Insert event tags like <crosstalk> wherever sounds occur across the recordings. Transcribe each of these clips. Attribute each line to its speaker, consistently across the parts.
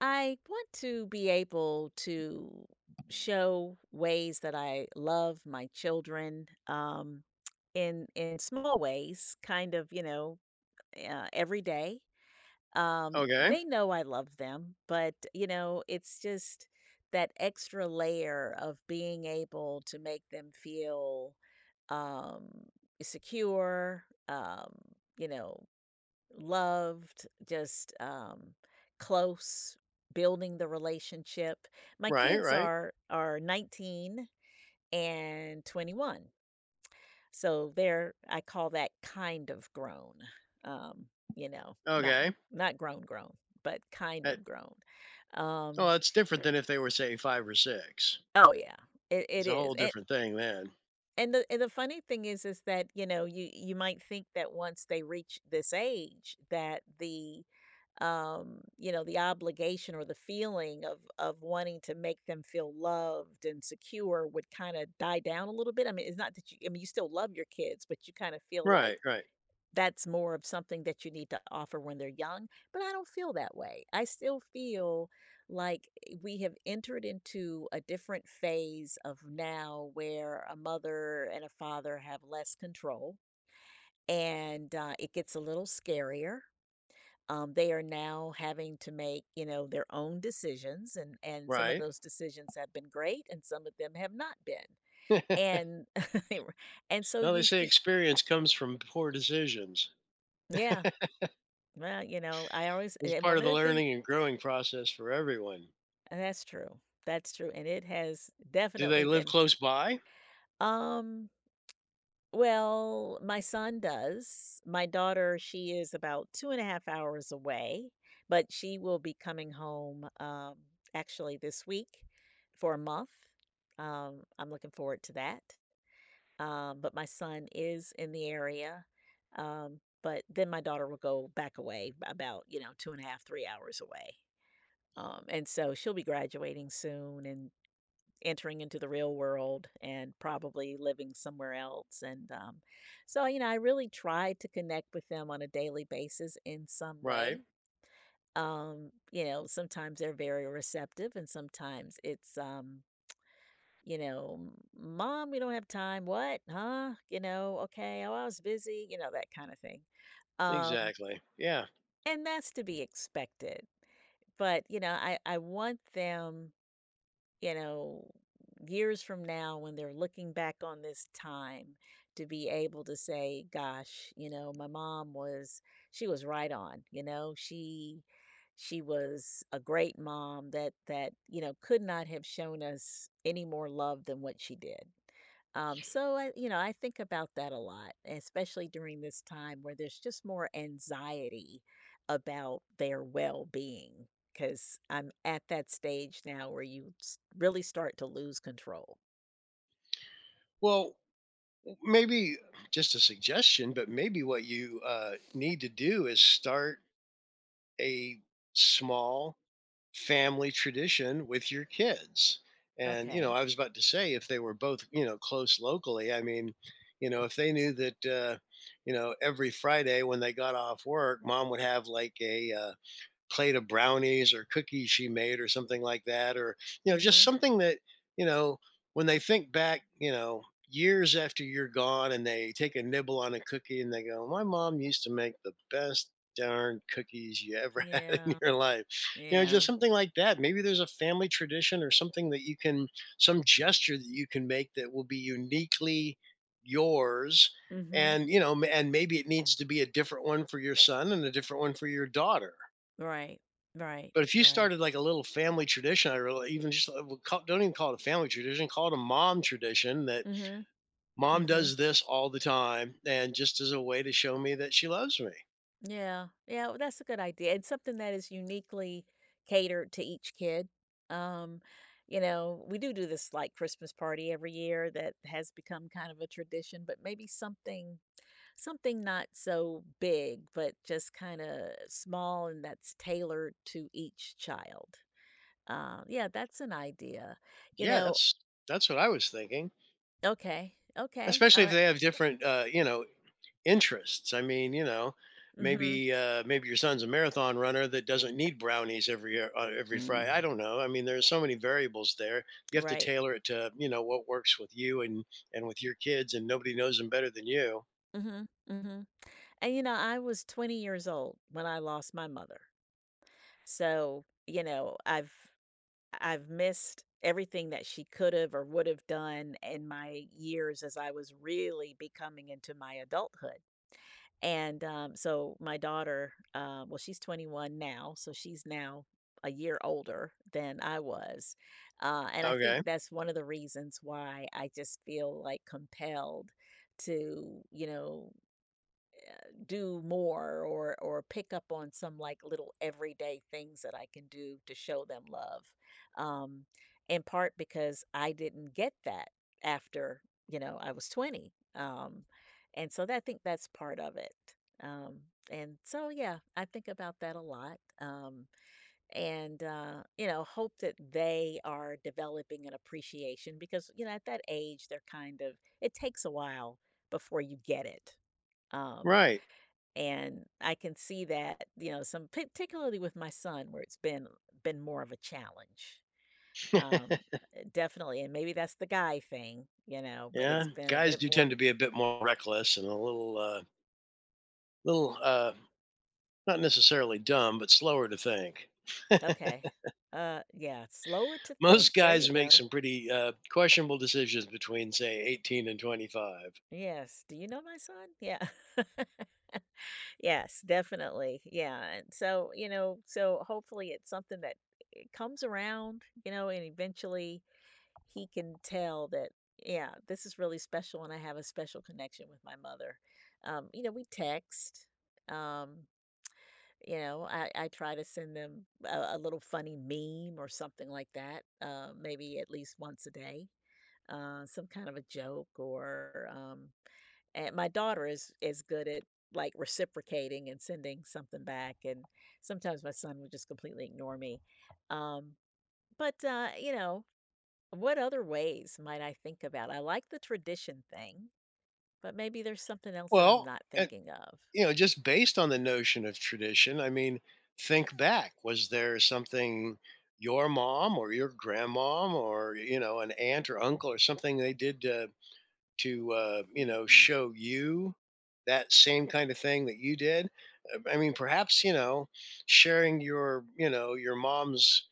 Speaker 1: I want to be able to show ways that I love my children in small ways, kind of, every day. Um,
Speaker 2: Okay.
Speaker 1: they know I love them, but it's just that extra layer of being able to make them feel um, secure. You know, loved, just, close, building the relationship. My
Speaker 2: Right,
Speaker 1: kids
Speaker 2: right.
Speaker 1: are 19 and 21, so they're I call that kind of grown, um, you know, not
Speaker 2: Okay.
Speaker 1: not grown grown, but kind
Speaker 2: That
Speaker 1: of grown.
Speaker 2: well,
Speaker 1: Um,
Speaker 2: that's different than if they were, say, 5 or 6.
Speaker 1: oh yeah, it
Speaker 2: It's a
Speaker 1: is,
Speaker 2: whole
Speaker 1: and
Speaker 2: different thing then.
Speaker 1: and the funny thing is that, you might think that once they reach this age that the the obligation or the feeling of wanting to make them feel loved and secure would kind of die down a little bit. I mean, it's not that you, I mean, you still love your kids, but you kind of feel like
Speaker 2: Right, right,
Speaker 1: that's more of something that you need to offer when they're young, but I don't feel that way. I still feel like we have entered into a different phase of now where a mother and a father have less control, and it gets a little scarier. They are now having to make, their own decisions, and some of
Speaker 2: right.
Speaker 1: those decisions have been great, and some of them have not been.
Speaker 2: <laughs>
Speaker 1: And <laughs> and so
Speaker 2: Well, they
Speaker 1: you
Speaker 2: say
Speaker 1: feel,
Speaker 2: experience comes from poor decisions.
Speaker 1: yeah, well, I always,
Speaker 2: It's
Speaker 1: and
Speaker 2: part
Speaker 1: one
Speaker 2: of
Speaker 1: of
Speaker 2: the
Speaker 1: the things,
Speaker 2: learning and growing process for everyone.
Speaker 1: that's true, that's true, and it has
Speaker 2: Do they
Speaker 1: definitely
Speaker 2: live
Speaker 1: been.
Speaker 2: close by?
Speaker 1: Um, Well, my son does. My daughter, she is about 2.5 hours away, but she will be coming home actually this week for a month. I'm looking forward to that. But my son is in the area. But then my daughter will go back away about, 2.5, 3 hours away. And so she'll be graduating soon and entering into the real world and probably living somewhere else. And so, I really try to connect with them on a daily basis in some
Speaker 2: Right.
Speaker 1: way. Sometimes they're very receptive, and sometimes it's, you know, mom, we don't have time. What? Huh? You know, okay. Oh, I was busy, you know, that kind of thing. Um,
Speaker 2: Exactly. Yeah.
Speaker 1: and that's to be expected. But, I want them, you know, years from now when they're looking back on this time, to be able to say, gosh, my mom was, she was right on, she was a great mom that, could not have shown us any more love than what she did. So I think about that a lot, especially during this time where there's just more anxiety about their well-being. 'Cause I'm at that stage now where you s really start to lose control.
Speaker 2: Well, maybe just a suggestion, but maybe what you need to do is start a small family tradition with your kids. And, you know,
Speaker 1: Okay.
Speaker 2: I was about to say if they were both, you know, close locally, I mean, you know, if they knew that, you know, every Friday when they got off work, mom would have like a, plate of brownies or cookies she made or something like that. Or you
Speaker 1: Mm.
Speaker 2: know, just
Speaker 1: Mhm.
Speaker 2: something that, you know, when they think back, you know, years after you're gone and they take a nibble on a cookie and they go, my mom used to make the best darn cookies you ever <laughs> had in
Speaker 1: Yeah.
Speaker 2: your life. You know,
Speaker 1: Yeah.
Speaker 2: just something like that. Maybe there's a family tradition or something that you can, some gesture that you can make that will be uniquely yours.
Speaker 1: Mm. Mhm.
Speaker 2: And you know, and maybe it needs to be a different one for your son and a different one for your daughter.
Speaker 1: Right. Right.
Speaker 2: But if you
Speaker 1: Right.
Speaker 2: started like a little family tradition, I really, even just don't even call it a family tradition, call it a mom tradition that
Speaker 1: Mm. Mhm. Mm.
Speaker 2: mom
Speaker 1: Mhm.
Speaker 2: does this all the time, and just as a way to show me that she loves me.
Speaker 1: Yeah. Yeah, well, that's a good idea. It's something that is uniquely catered to each kid. Um, we do this, like, Christmas party every year that has become kind of a tradition, but maybe something not so big, but just kinda small and that's tailored to each child. Yeah, that's an idea. You
Speaker 2: Yeah,
Speaker 1: know
Speaker 2: that's what I was thinking.
Speaker 1: okay, okay,
Speaker 2: Especially if
Speaker 1: alright.
Speaker 2: they have different, you know, interests. I mean, you know,
Speaker 1: Mm. Mhm.
Speaker 2: maybe maybe your son's a marathon runner that doesn't need brownies every Friday.
Speaker 1: Mm,
Speaker 2: I don't know. I mean, there's so many variables there. You have to
Speaker 1: right.
Speaker 2: tailor it to, you know, what works with you and with your kids, and nobody knows them better than you.
Speaker 1: Mhm, mhm. And, I was 20 years old when I lost my mother. So, I've missed everything that she could've or would've done in my years as I was really becoming into my adulthood. And, so my daughter, well, she's 21 now, so she's now a year older than I was. And I
Speaker 2: Okay.
Speaker 1: think that's one of the reasons why I just feel like compelled to, do more or pick up on some like little everyday things that I can do to show them love. Um, in part because I didn't get that, after, I was 20. And so that, I think that's part of it. Um, and so yeah, I think about that a lot. And hope that they are developing an appreciation because, at that age they're kind of, it takes a while before you get it. Um
Speaker 2: Right.
Speaker 1: and I can see that, some, particularly with my son, where it's been more of a challenge. Um,
Speaker 2: <laughs>
Speaker 1: Definitely, and maybe that's the guy thing, but
Speaker 2: Yeah.
Speaker 1: it's been a
Speaker 2: Guys
Speaker 1: bit
Speaker 2: do
Speaker 1: more.
Speaker 2: tend to be a bit more reckless and a little, little, uh, not necessarily dumb, but slower to think.
Speaker 1: Okay. Yeah, slower to
Speaker 2: <laughs>
Speaker 1: think.
Speaker 2: Most
Speaker 1: There you
Speaker 2: guys make
Speaker 1: go.
Speaker 2: some pretty questionable decisions between, say, 18 and 25.
Speaker 1: Yes. Do you know my son? Yeah. <laughs> Yes, definitely. Yeah. And so, so hopefully it's something that, it comes around, and eventually he can tell that, yeah, this is really special and I have a special connection with my mother. We text. Um, I try to send them a little funny meme or something like that, maybe at least once a day, some kind of a joke or and my daughter is good at like reciprocating and sending something back, and sometimes my son would just completely ignore me. Um, but what other ways might I think about? I like the tradition thing, but maybe there's something else that I'm
Speaker 2: Well,
Speaker 1: not
Speaker 2: uh,
Speaker 1: thinking of.
Speaker 2: you know, just based on the notion of tradition, I mean, think back. Was there something your mom or your grandmom or, you know, an aunt or uncle or something they did to, you know,
Speaker 1: Hmm.
Speaker 2: show you that same kind of thing that you did. I mean, perhaps, you know, sharing your, you know, your mom's,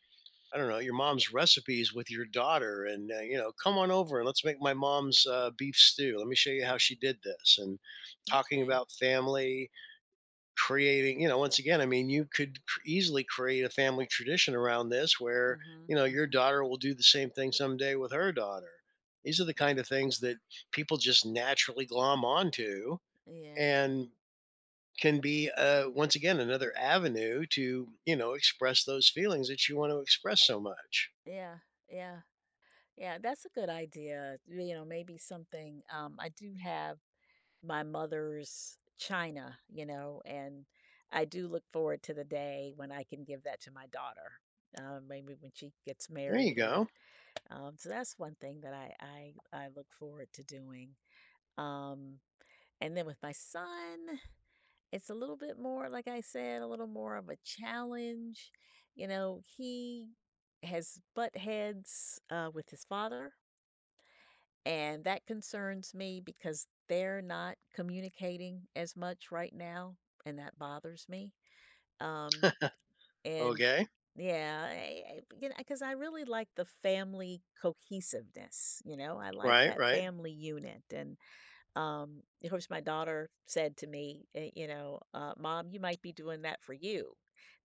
Speaker 2: I don't know, your mom's recipes with your daughter and, you know, come on over and let's make my mom's beef stew. Let me show you how she did this. And talking
Speaker 1: Okay.
Speaker 2: about family, creating, you know, once again, I mean, you could easily create a family tradition around this where,
Speaker 1: Mhm.
Speaker 2: you know, your
Speaker 1: Mhm.
Speaker 2: daughter will do the same thing someday with her daughter. These are the kind of things that people just naturally glom onto
Speaker 1: Yeah.
Speaker 2: and can be, once again, another avenue to, you know, express those feelings that you want to express so much.
Speaker 1: Yeah. Yeah. Yeah. That's a good idea. You know, maybe something. I do have my mother's china, you know, and I do look forward to the day when I can give that to my daughter. Maybe when she gets
Speaker 2: There you
Speaker 1: married, or
Speaker 2: go.
Speaker 1: so that's one thing that I look forward to doing. Um, And then with my son, it's a little bit more, like I said, a little more of a challenge. You know, he has butt heads with his father, and that concerns me because they're not communicating as much right now, and that bothers me. Um, and
Speaker 2: Okay.
Speaker 1: yeah, because I really like the family cohesiveness. You know, I like
Speaker 2: Right.
Speaker 1: that
Speaker 2: Right.
Speaker 1: family unit, and of course, my daughter said to me, "Mom, you might be doing that for you.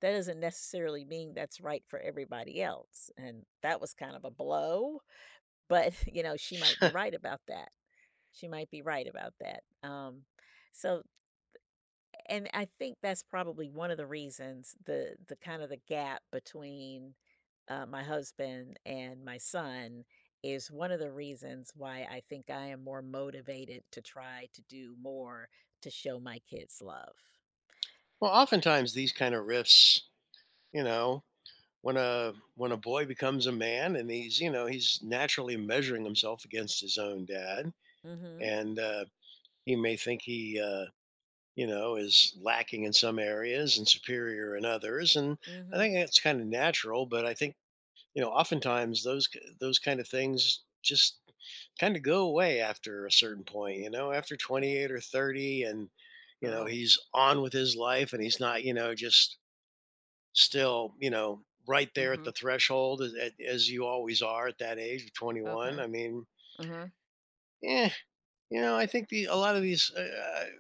Speaker 1: That doesn't necessarily mean that's right for everybody else." And that was kind of a blow, but <laughs> she might be right about that. She might be right about that. Um, so, and I think that's probably one of the reasons, the kind of, the gap between, my husband and my son, is one of the reasons why I think I am more motivated to try to do more to show my kids love.
Speaker 2: Well, oftentimes these kind of riffs, you know, when a boy becomes a man and he's, you know, he's naturally measuring himself against his own dad.
Speaker 1: Mm.
Speaker 2: And he may think he, you know, is lacking in some areas and superior in others. And
Speaker 1: Mhm.
Speaker 2: I
Speaker 1: Mm.
Speaker 2: think
Speaker 1: Mhm.
Speaker 2: that's kind of natural, but I think, you know, oftentimes those those kind of things just kind of go away after a certain point, you know, after
Speaker 1: th
Speaker 2: 28 or 30. And you know,
Speaker 1: Oh,
Speaker 2: he's on with his life and he's not, you know, just still, you know, right there at
Speaker 1: mhm,
Speaker 2: the threshold as, as you always are at that age of 21.
Speaker 1: okay,
Speaker 2: I mean,
Speaker 1: uh-huh,
Speaker 2: yeah, you know, I think the a lot of these uh,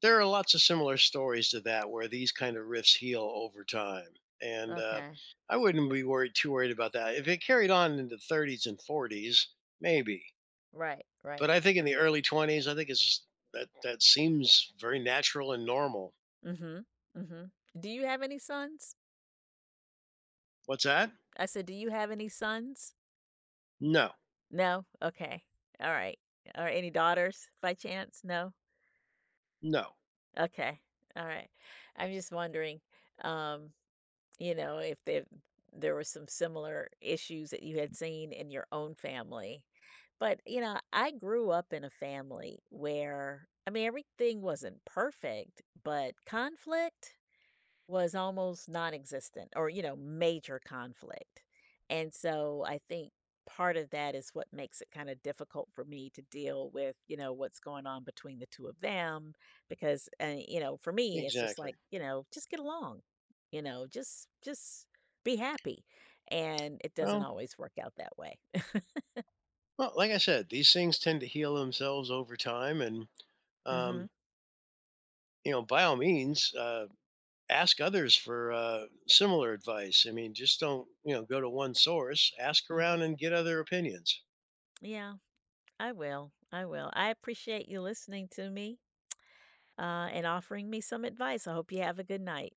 Speaker 2: there are lots of similar stories to that where these kind of rifts heal over time. And
Speaker 1: okay,
Speaker 2: I wouldn't be worried too worried about that. If it carried on into 30s and 40s, maybe.
Speaker 1: right, right.
Speaker 2: But I think in the early 20s, I think it's that seems very natural and normal.
Speaker 1: Mm. Mhm. Mm. Mhm. Do you have any sons?
Speaker 2: What's that?
Speaker 1: I said, "Do you have any sons?"
Speaker 2: No,
Speaker 1: No? Okay. All right. Are any daughters by chance? No?
Speaker 2: no,
Speaker 1: Okay. All right. I'm just wondering, um, if there were some similar issues that you had seen in your own family. But, I grew up in a family where, I mean, everything wasn't perfect, but conflict was almost non-existent, or major conflict. And so I think part of that is what makes it kind of difficult for me to deal with, what's going on between the two of them, because for me it's just
Speaker 2: exactly.
Speaker 1: like, just get along, just be happy, and it doesn't
Speaker 2: Well,
Speaker 1: always work out that way.
Speaker 2: Well, like I said, these things tend to heal themselves over time, and
Speaker 1: <laughs> Mhm.
Speaker 2: um, you know, by all means, ask others for similar advice. I mean, just don't, you know, go to one source. Ask
Speaker 1: Mhm.
Speaker 2: around and get other opinions.
Speaker 1: Yeah, I will, I will. I appreciate you listening to me and offering me some advice. I hope you have a good night.